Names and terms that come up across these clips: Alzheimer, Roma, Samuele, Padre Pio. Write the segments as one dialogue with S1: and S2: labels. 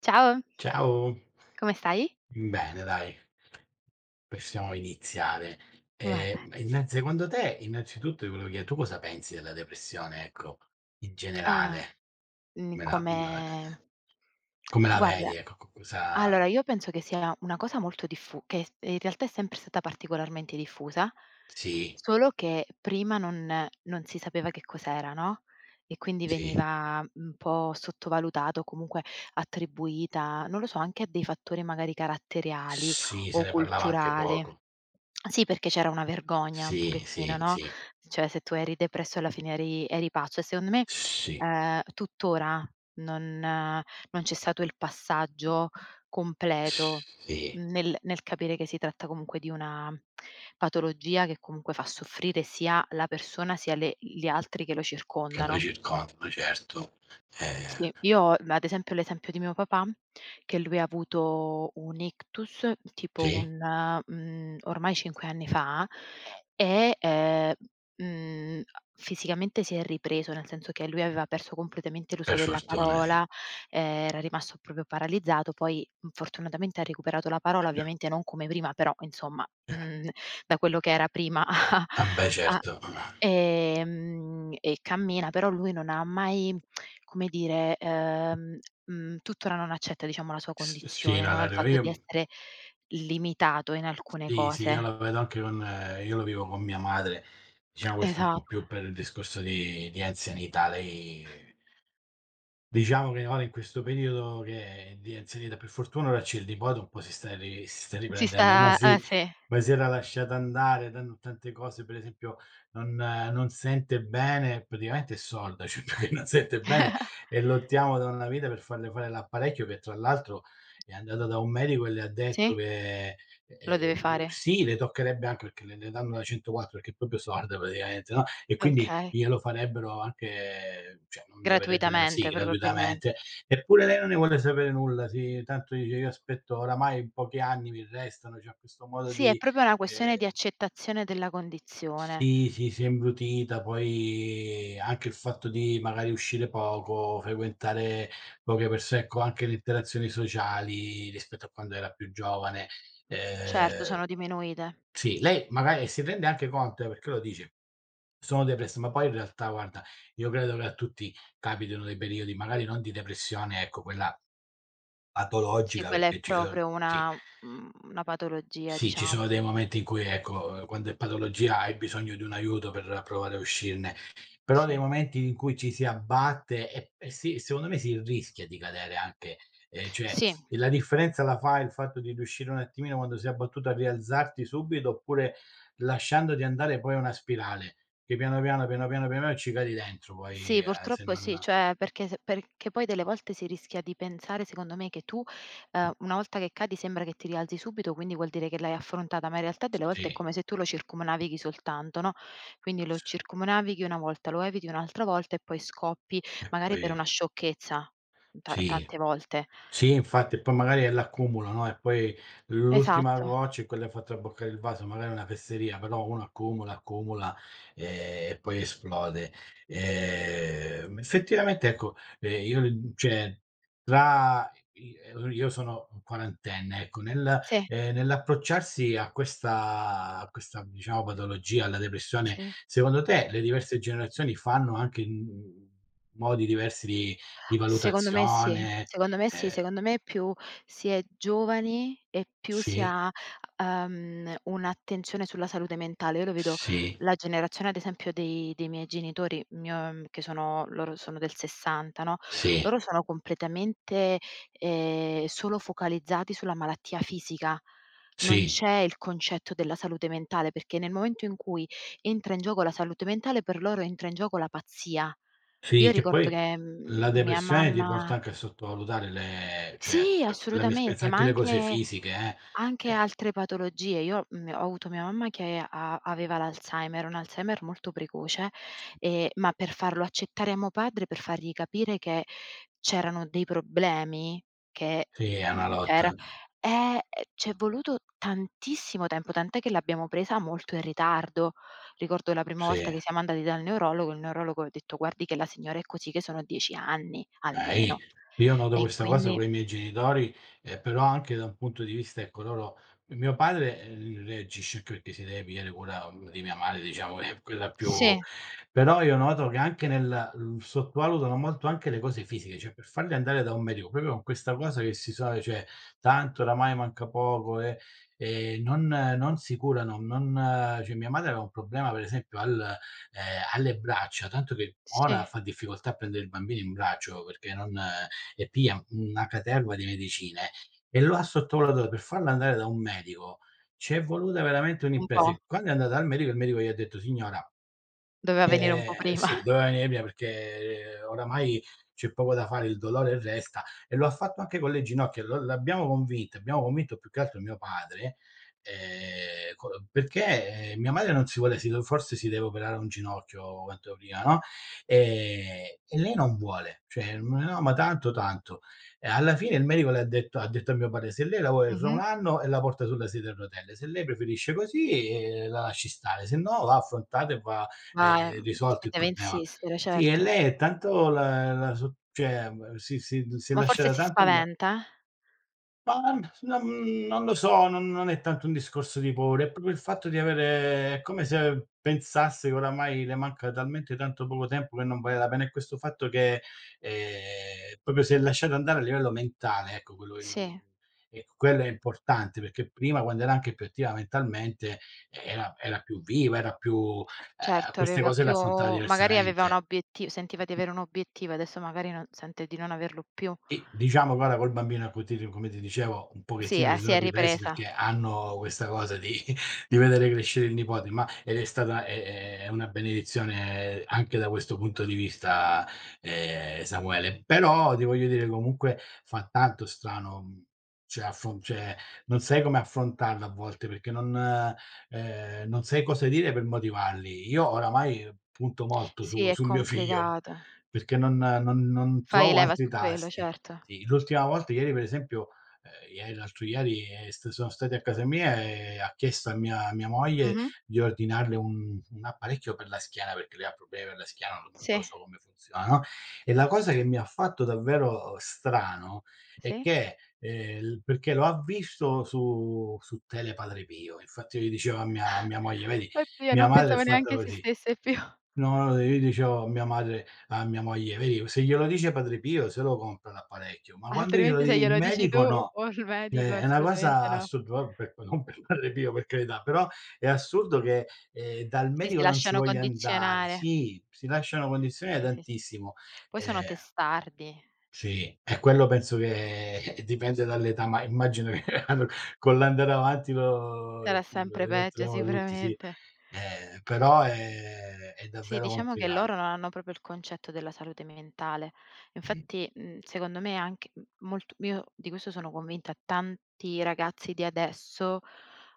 S1: Ciao,
S2: Ciao,
S1: come stai?
S2: bene dai, possiamo iniziare.
S1: Vabbè,
S2: Inna secondo te, innanzitutto ti volevo chiedere, tu cosa pensi della depressione, ecco, in
S1: ah,
S2: generale?
S1: mhmm,
S2: Me la
S1: come
S2: come la vedi,
S1: guarda.
S2: ecco, co cosa
S1: Allora, io penso che sia una cosa molto diffu che s in realtà è sempre stata particolarmente diffusa,
S2: sì,
S1: solo che prima non si sapeva che cos'era, no, e quindi
S2: sì,
S1: veniva un po' sottovalutato, comunque attribuita, non lo so, anche a dei fattori magari caratteriali
S2: sì, se
S1: o
S2: ne parlava anche
S1: culturali.
S2: poco.
S1: Sì, perché c'era una vergogna un
S2: Sì,
S1: pochettino,
S2: sì,
S1: no,
S2: sì,
S1: cioè se tu eri depresso alla fine eri pazzo. E secondo me,
S2: sì,
S1: tuttora non eh, non c'è stato il passaggio completo,
S2: sì,
S1: nel capire che si tratta comunque di una patologia che comunque fa soffrire sia la persona, sia le gli altri che lo
S2: che lo
S1: circondano.
S2: circondano, certo. Ehm,
S1: Sì, io ho ma ad esempio l'esempio di mio papà, che lui ha avuto un ictus, tipo
S2: sì,
S1: ormai 5 anni fa. E, mhmm, fisicamente si è ripreso, nel senso che lui aveva perso completamente l'uso
S2: per
S1: della
S2: fortuna sì.
S1: parola, eh, era rimasto proprio paralizzato. Poi, fortunatamente ha recuperato la parola, ovviamente non come prima, però insomma, da quello che era prima
S2: Ah beh
S1: a
S2: certo,
S1: E cammina, però lui non ha mai, come dire, tuttora non accetta diciamo la sua
S2: s sì,
S1: condizione,
S2: no,
S1: no,
S2: la
S1: il fatto
S2: io
S1: di essere limitato in alcune
S2: sì, sì, io la
S1: cose.
S2: vedo anche con io lo vivo con mia madre. Diciamo questo un po'
S1: Esatto.
S2: più per il discorso di anzianità. Lei diciamo che ora in questo periodo che di anzianità, per fortuna ora c'è il nipote un po' si sta
S1: Si
S2: riprendendo,
S1: sta eh sì.
S2: ma si era lasciata andare, tante cose per esempio non sente bene, praticamente è sorda, cioè perché non sente bene e lottiamo da una vita per farle fare l'apparecchio che tra l'altro è andata da un medico e le ha detto
S1: Sì?
S2: che,
S1: Lo deve fare.
S2: sì, le toccherebbe anche perché le danno la 104 perché è proprio sorda praticamente, no, e quindi
S1: Okay.
S2: glielo farebbero anche cioè non gli verrebbe sì,
S1: Gratuitamente probabilmente.
S2: gratuitamente. Eppure lei non ne vuole sapere nulla, sì, tanto dice: "Io aspetto oramai pochi anni mi restano", c'ha questo modo
S1: Sì, è
S2: di
S1: proprio una questione di
S2: ehm,
S1: accettazione della condizione.
S2: sì, sì, si è imbrutita, poi anche il fatto di magari uscire poco, frequentare poche perso ecco, anche le interazioni sociali rispetto a quando era più giovane.
S1: Certo,
S2: Ehm,
S1: sono diminuite.
S2: sì, lei magari e si rende anche conto, perché lo dice, sono depress ma poi in realtà guarda, io credo che a tutti capitino dei periodi, magari non di depressione, ecco, quella
S1: Sì,
S2: patologica
S1: quella è
S2: perché ci so
S1: proprio
S2: sì.
S1: una patologia
S2: Sì, ci
S1: diciamo.
S2: sono dei momenti in cui ecco, quando è patologia hai bisogno di un aiuto per provare a uscirne, però nei
S1: Sì.
S2: momenti in cui ci si abbatte e si secondo me si rischia di cadere anche, cioè
S1: Sì.
S2: e la differenza la fa il fatto di riuscire un attimino quando sei abbattuto a rialzarti subito, oppure lasciandoti andare poi a una spirale, che piano piano, piano piano, piano piano ci cadi dentro poi,
S1: Sì,
S2: se
S1: purtroppo sì,
S2: non
S1: cioè perché se perché poi delle volte si rischia di pensare, secondo me, che tu, una volta che cadi sembra che ti rialzi subito, quindi vuol dire che l'hai affrontata, ma in realtà delle volte è
S2: sì,
S1: come se tu lo circumnavighi soltanto, no, quindi lo circumnavighi una volta, lo eviti un'altra volta e poi scoppi
S2: e
S1: magari per
S2: poi
S1: una sciocchezza, ta
S2: sì.
S1: tante volte.
S2: Sì, infatti, e poi magari è l'accumulo, no, e poi l'ultima
S1: Esatto.
S2: goccia è quella che fa traboccare il vaso, magari è una fesseria, però uno accumula, accumula, e poi esplode. Effettivamente ecco, io l cioè tra i io sono un quarantenne, ecco,
S1: Sì,
S2: nell'approcciarsi a questa, diciamo, patologia, alla depressione,
S1: sì.
S2: secondo te le diverse generazioni fanno anche, mhmm, modi diversi di
S1: Secondo me sì,
S2: valutazione?
S1: secondo me sì,
S2: Ehm
S1: secondo me più si è giovani e più si
S2: sì,
S1: ha, un'attenzione sulla salute mentale. Io lo vedo
S2: sì,
S1: la generazione ad esempio dei miei genitori, mio che sono loro sono del '60, no,
S2: sì,
S1: loro sono completamente, solo focalizzati sulla malattia fisica. Non
S2: sì,
S1: c'è il concetto della salute mentale, perché nel momento in cui entra in gioco la salute mentale, per loro entra in gioco la pazzia.
S2: sì,
S1: Io
S2: che
S1: ricordo
S2: poi
S1: che,
S2: la
S1: mia
S2: depressione ti porta
S1: mamma.
S2: anche a sottovalutare le cioè,
S1: Sì,
S2: la mia esperienza
S1: assolutamente, ma
S2: anche le cose
S1: anche
S2: fisiche, eh. Eh,
S1: altre patologie. Io, ho avuto mia mamma che a aveva l'Alzheimer, un Alzheimer molto precoce, ma per farlo accettare a mio padre, per fargli capire che c'erano dei problemi che,
S2: sì, è una
S1: mhmm, c'era
S2: lotta,
S1: eh, c'è voluto tantissimo tempo, tant'è che l'abbiamo presa molto in ritardo. Ricordo la prima volta
S2: sì.
S1: che siamo andati dal neurologo, il neurologo ha detto: "Guardi che la signora è così, che sono 10 anni
S2: Okay.
S1: almeno".
S2: Io noto
S1: E
S2: questa cosa
S1: quindi
S2: con i miei genitori, però anche da un punto di vista ecco, loro mio padre, reagisce anche perché si deve pigliare cura, mhmm, di mia madre, diciamo che è quella più
S1: sì,
S2: però io noto che anche nel mhmm, sottovalutano molto anche le cose fisiche, cioè per farli andare da un medico, proprio con questa cosa che si sa cioè tanto oramai manca poco e non si curano, non cioè mia madre aveva un problema per esempio al ehm, alle braccia, tanto che ora
S1: sì,
S2: fa difficoltà a prendere il bambino in braccio perché non e piglia una caterva di medicine e lo ha sottovalutato. Per farlo andare da un medico c'è voluta veramente
S1: un
S2: un'impresa
S1: po'.
S2: e quando è andata dal medico, il medico gli ha detto: "Signora"
S1: Doveva venire un po' prima.
S2: Sì, doveva nebbia perché oramai c'è poco da fare, il dolore resta e lo ha fatto anche con le ginocchia, lo l'abbiamo convinta, abbiamo convinto più che altro mio padre, co perché mia madre non si vuole si do forse si deve operare un ginocchio quanto prima, no, e lei non vuole, cioè: "Ma "No, ma tanto, tanto". E alla fine il medico le ha detto a mio padre: "Se lei la vuole fra un
S1: Mh-mh.
S2: anno e la porta sulla sedia a rotelle, se lei preferisce così, la lasci stare, se no va affrontata e va
S1: Ma,
S2: risolto
S1: si
S2: il
S1: deve
S2: problema.
S1: insistere,
S2: Sì, e
S1: certo.
S2: lei è tanto la la so cioè, mhmm, si è
S1: Ma forse
S2: lasciata
S1: si
S2: tanto anda
S1: spaventa?
S2: ma n non non lo so, non è tanto un discorso di paura, è proprio il fatto di avere è come se pensasse che oramai le manca talmente tanto poco tempo che non vale la pena. È questo fatto che, proprio si è lasciato andare a livello mentale, ecco, quello che non
S1: Sì,
S2: e quello è importante, perché prima quando era anche più attiva mentalmente, era più viva, era più
S1: certo,
S2: queste
S1: aveva
S2: cose le
S1: più
S2: affrontava
S1: magari aveva un
S2: diversamente.
S1: obiettivo, sentiva di avere un obiettivo, adesso magari non sente di non averlo più.
S2: E diciamo guarda col bambino a cui ti ri come ti dicevo, un
S1: Sì,
S2: pochettino
S1: si è
S2: risolvi i pesi
S1: ripresa.
S2: perché hanno questa cosa di vedere crescere il nipote, ma ed è stata è una benedizione anche da questo punto di vista, Samuele. Però ti voglio dire comunque fa tanto strano, mhmm, cioè non sai come affrontarlo a volte perché non non sai cosa dire per motivarli. Io oramai punto molto
S1: Sì,
S2: su
S1: è
S2: su mio figlio
S1: complicato.
S2: perché non
S1: Fai
S2: trovo
S1: leva
S2: altri
S1: su quello,
S2: tasti.
S1: certo.
S2: Sì, l'ultima volta ieri per esempio ie l'altro ieri è st sono stati a casa mia e ha chiesto a mia moglie
S1: Mh-mh.
S2: di ordinarle un apparecchio per la schiena, perché lei ha problemi per la schiena, non
S1: Sì,
S2: lo so come funziona, no, e la cosa che mi ha fatto davvero strano è
S1: sì.
S2: che, l perché lo ha visto su Tele Padre Pio, infatti io gli dicevo a mia moglie: "Vedi,
S1: Oddio,
S2: mia
S1: non
S2: madre è
S1: pensavo
S2: fatta
S1: neanche
S2: così".
S1: esistesse più.
S2: No, no, io dicevo a mia madre a mia moglie: "Vedi, se glielo dice Padre Pio se lo compra l'apparecchio, ma quando glielo
S1: Altrimenti se
S2: di il
S1: glielo dici tu
S2: medico no".
S1: o il medico
S2: Cioè, è una
S1: assolutamente
S2: cosa
S1: no.
S2: assurda, per non per Padre Pio, per carità, però è assurdo che, dal
S1: Sì,
S2: medico
S1: si
S2: non ci
S1: lasciano
S2: voglia andare.
S1: condizionare.
S2: Sì, si lasciano condizionare
S1: Sì, sì, sì.
S2: tantissimo.
S1: Poi sono
S2: Ehm,
S1: testardi,
S2: sì, e quello penso che dipende dall'età, ma immagino che con l'andare avanti lo
S1: sarà
S2: lo
S1: sempre peggio
S2: diventeremo tutti, sì.
S1: sicuramente.
S2: Però è
S1: Sì,
S2: davvero
S1: diciamo che
S2: complicato.
S1: loro non hanno proprio il concetto della salute mentale.
S2: Mh,
S1: Infatti, secondo me anche m molt io di questo sono convinta, tanti ragazzi di adesso,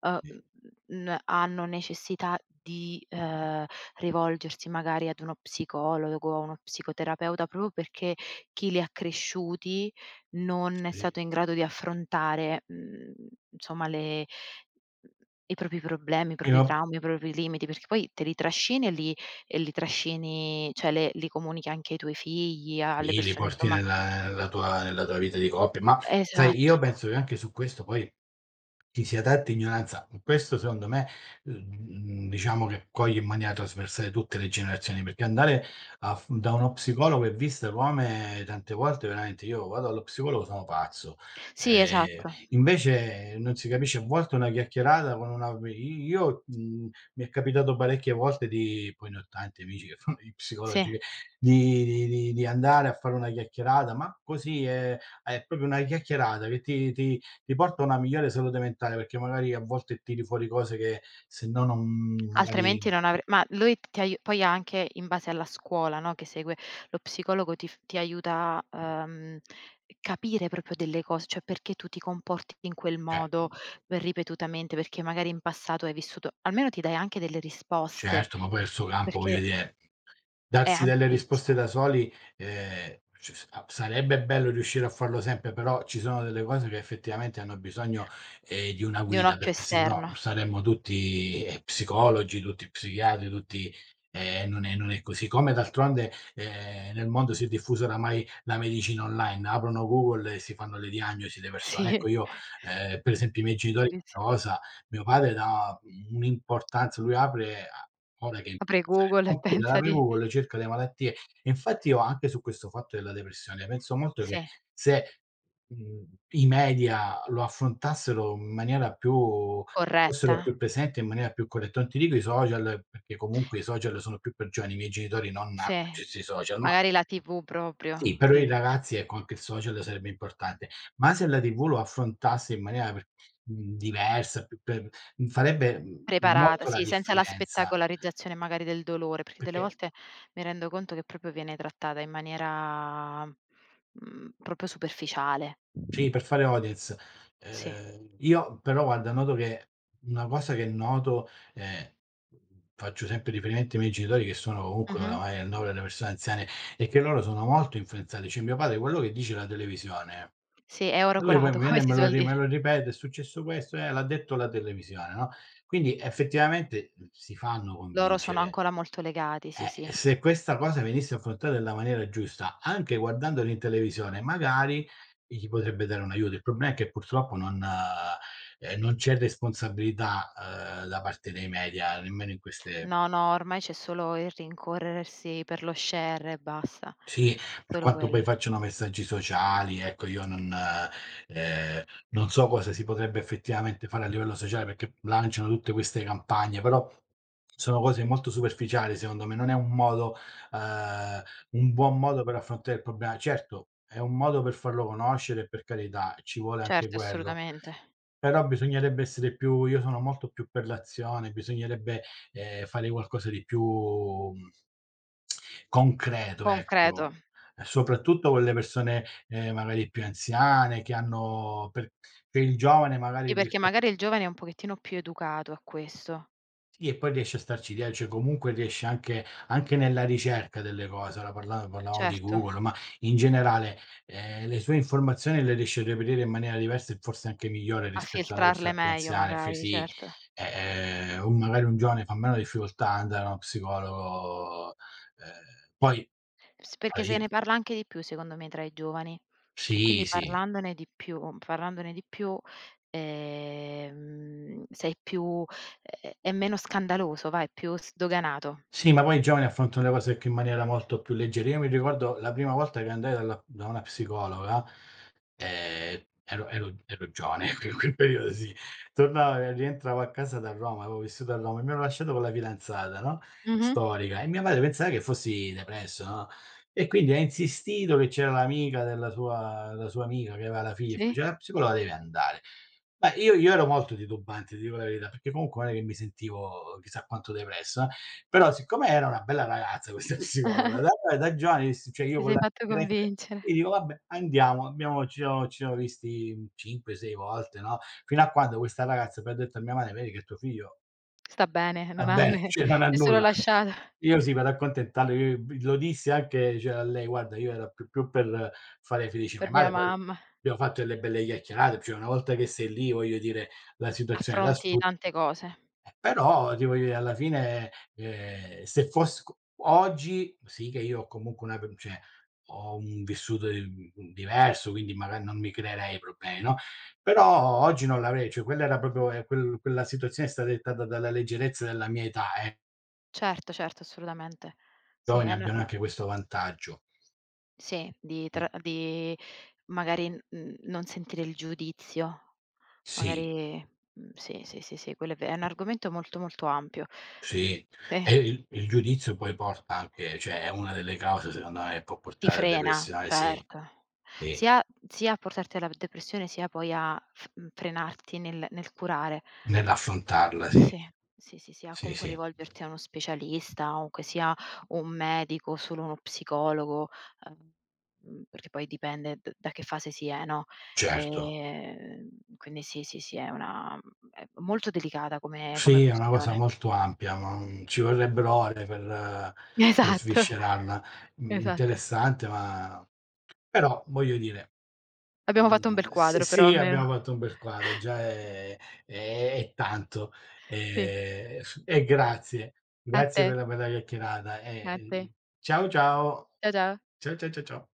S1: uhm,
S2: sì,
S1: n hanno necessità di, rivolgersi magari ad uno psicologo o a uno psicoterapeuta, proprio perché chi li ha cresciuti non è
S2: sì.
S1: stato in grado di affrontare, insomma le i propri problemi, i propri
S2: Io
S1: traumi, i propri limiti, perché poi te li trascini e li trascini cioè le li comunichi anche ai tuoi figli, alle
S2: sì, li
S1: persone
S2: porti
S1: insomma
S2: nella nella tua vita di coppia, ma sai,
S1: esatto.
S2: io penso che anche su questo poi ci si adatta ignoranza. Questo secondo me, diciamo che coglie in maniera trasversale tutte le generazioni, perché andare a f da uno psicologo e viste come tante volte veramente io vado allo psicologo sono pazzo.
S1: Sì,
S2: Ehm,
S1: esatto.
S2: Invece non si capisce, a volte una chiacchierata con una i io, mhmm, mi è capitato parecchie volte di poi ne ho tanti amici che fanno gli
S1: Sì,
S2: psicologi che di andare a fare una chiacchierata, ma così è proprio una chiacchierata che ti ti porta a una migliore salute mentale, perché magari a volte tiri fuori cose che se no non magari
S1: altrimenti non avre ma lui ti aiu poi ha anche in base alla scuola, no, che segue, lo psicologo ti aiuta, capire proprio delle cose, cioè perché tu ti comporti in quel
S2: cioè,
S1: modo
S2: mhmm,
S1: ripetutamente, perché magari in passato hai vissuto almeno ti dai anche delle risposte,
S2: certo, ma poi è il suo campo, voglio
S1: perché
S2: dire,
S1: è
S2: darsi delle
S1: ampissimo,
S2: risposte da soli, ci s a sarebbe bello riuscire a farlo sempre, però ci sono delle cose che effettivamente hanno bisogno, di una
S1: di un
S2: guida,
S1: occhio
S2: perché se no
S1: esterno.
S2: saremmo tutti, psicologi, tutti psichiatri, tutti non è non è così. Come d'altronde, nel mondo si è diffusa oramai la medicina online, aprono Google e si fanno le diagnosi le persone.
S1: Sì,
S2: Ecco io, per esempio i miei genitori
S1: verissimo.
S2: cosa mio padre dà un'importanza lui apre a ora che
S1: Apri Google e
S2: computer
S1: pensa di
S2: avevo con le ricerca delle malattie. E infatti io anche su questo fatto della depressione penso molto
S1: sì,
S2: che se, mhmm, i media lo affrontassero in maniera più fossero
S1: corretta,
S2: più presenti in maniera più corretta. Non ti dico i social, perché comunque i social sono più per giovani, i miei genitori non hanno
S1: sì.
S2: accesso ai social, ma
S1: Magari la TV
S2: sì,
S1: proprio,
S2: per i
S1: l
S2: ragazzi ecco anche il social sarebbe importante, ma se la TV lo affrontasse in maniera per mhmm, diversa, più per mhmm, farebbe, mhmm,
S1: preparata,
S2: molto la
S1: sì, senza la
S2: differenza,
S1: spettacolarizzazione magari del dolore, perché delle
S2: perché
S1: volte mi rendo conto che proprio viene trattata in maniera, proprio superficiale.
S2: sì, per fare audience.
S1: Sì.
S2: Io però guarda noto che una cosa che noto, faccio sempre riferimento ai miei genitori che sono comunque
S1: Mh-mh.
S2: oramai al novero delle persone anziane, è che loro sono molto influenzati. Cioè mio padre quello che dice la televisione
S1: Sì, è oro
S2: lui poi
S1: colato
S2: mi viene
S1: come
S2: e
S1: si suol
S2: me lo
S1: dire.
S2: ripete: "È successo questo, l'ha detto la televisione", no, quindi effettivamente, mhmm, si fanno
S1: Loro sono
S2: convincere.
S1: ancora molto legati, sì, sì.
S2: Se questa cosa venisse affrontata nella maniera giusta, anche guardandoli in televisione, magari gli potrebbe dare un aiuto. Il problema è che purtroppo non c'è responsabilità, da parte dei media, nemmeno in queste
S1: No, no, ormai c'è solo il rincorrersi per lo share e basta.
S2: sì, per
S1: Solo
S2: quanto poi
S1: quello.
S2: facciano messaggi sociali, ecco io non ehm, non so cosa si potrebbe effettivamente fare a livello sociale, perché lanciano tutte queste campagne, però sono cose molto superficiali secondo me, non è un modo ehm, un buon modo per affrontare il problema. Certo, è un modo per farlo conoscere, per carità, ci vuole anche
S1: Certo,
S2: quello,
S1: assolutamente.
S2: però bisognerebbe essere più io sono molto più per l'azione, bisognerebbe, fare qualcosa di più, mhmm, concreto,
S1: Concreto.
S2: ecco. E soprattutto con le persone, magari più anziane che hanno per che il giovane magari
S1: Sì, perché
S2: rispe
S1: magari il giovane è un pochettino più educato a questo.
S2: sì, e poi riesce a starci die cioè comunque riesce anche anche nella ricerca delle cose, ora parlavamo di
S1: Certo,
S2: Google, ma in generale, le sue informazioni le riesce a reperire in maniera diversa e forse anche migliore
S1: a
S2: rispetto a una
S1: filtrarle
S2: persona più
S1: meglio
S2: anziana, f
S1: magari,
S2: sì,
S1: certo.
S2: o magari un giovane fa meno difficoltà ad andare da uno psicologo, poi,
S1: S
S2: a
S1: perché se
S2: io
S1: ne parla anche di più secondo me tra i giovani e
S2: sì,
S1: quindi
S2: sì.
S1: parlandone di più parlandone di più, sei più è meno scandaloso, vai, più sdoganato.
S2: Sì, ma poi i giovani affrontano le cose anche in maniera molto più leggera. Io mi ricordo la prima volta che andai dalla da una psicologa, ero giovane in quel periodo sì, tornavo e rientravo a casa da Roma, avevo vissuto a Roma e mi hanno lasciato con la fidanzata, no,
S1: Mh-mh,
S2: storica, e mia madre pensava che fossi depresso, no, e quindi ha insistito che c'era l'amica della sua la sua amica che aveva la figlia e
S1: sì.
S2: faceva: "La psicologa deve andare". Beh, io ero molto titubante, ti dico la verità, perché comunque non è che mi sentivo chissà quanto depresso, però siccome era una bella ragazza questa psicologa, da giovane dissi cioè
S1: Ti
S2: io con
S1: sei
S2: la
S1: fatto convincere.
S2: e dico: "Vabbè andiamo". Abbiamo ci siamo visti 5, 6 volte, no, fino a quando questa ragazza poi ha detto a mia madre: "Vedi che tuo figlio"
S1: Sta bene,
S2: va
S1: non ha
S2: bene,
S1: ne
S2: cioè non
S1: si
S2: ha
S1: è solo
S2: nulla.
S1: lasciata
S2: Io sì, vado a accontentarlo, io b lo dissi anche, cioè, a lei: "Guarda, io ero più per fare felice mia
S1: per mia
S2: madre", poi
S1: mamma.
S2: abbiamo fatto delle belle chiacchierate, cioè una volta che sei lì, voglio dire, la situazione la
S1: Affronti
S2: sfrutti.
S1: tante cose.
S2: Però ti voglio dire, alla fine, se foss co oggi sì che io ho comunque una per cioè ho un vissuto di mhmm, diverso, quindi magari non mi creerei problemi, no, però oggi non l'avrei, cioè quella era proprio quella situazione è stata dettata dalla leggerezza della mia età, eh.
S1: Certo, certo, assolutamente. Sì,
S2: Giovani
S1: è n
S2: abbiano
S1: o
S2: anche questo vantaggio.
S1: sì, di
S2: I
S1: tra di magari, non sentire il giudizio,
S2: sì,
S1: magari sì, sì, sì, sì, quello è un argomento molto, molto ampio.
S2: sì.
S1: Sì,
S2: E il giudizio poi porta anche cioè è una delle cause secondo me che può
S1: ti
S2: portare a
S1: frena,
S2: depressione, sì.
S1: certo.
S2: Sì,
S1: Sia a portarti alla depressione, sia poi frenarti nel curare.
S2: nell'affrontarla, sì.
S1: Sì, sì, sì, sì, a
S2: Sì,
S1: comunque
S2: sì.
S1: rivolgerti a uno specialista, comunque sia un medico, solo uno psicologo, ehm, perché poi dipende d da che fase si è, no,
S2: Certo.
S1: ehm, quindi sì, sì, sì, è molto delicata come
S2: Sì, è una cosa
S1: questione.
S2: molto ampia, ma, mhmm, ci vorrebbero ore per
S1: Esatto,
S2: sviscerarla. Mhmm,
S1: esatto.
S2: interessante ma però voglio dire
S1: Abbiamo fatto un bel
S2: mhmm, s
S1: quadro però
S2: sì,
S1: almeno.
S2: abbiamo fatto un bel quadro, già è è tanto.
S1: Sì,
S2: F e grazie.
S1: a
S2: Grazie per
S1: te,
S2: la bella chiacchierata e,
S1: a te.
S2: ciao, ciao.
S1: Ciao.
S2: Ciao, ciao.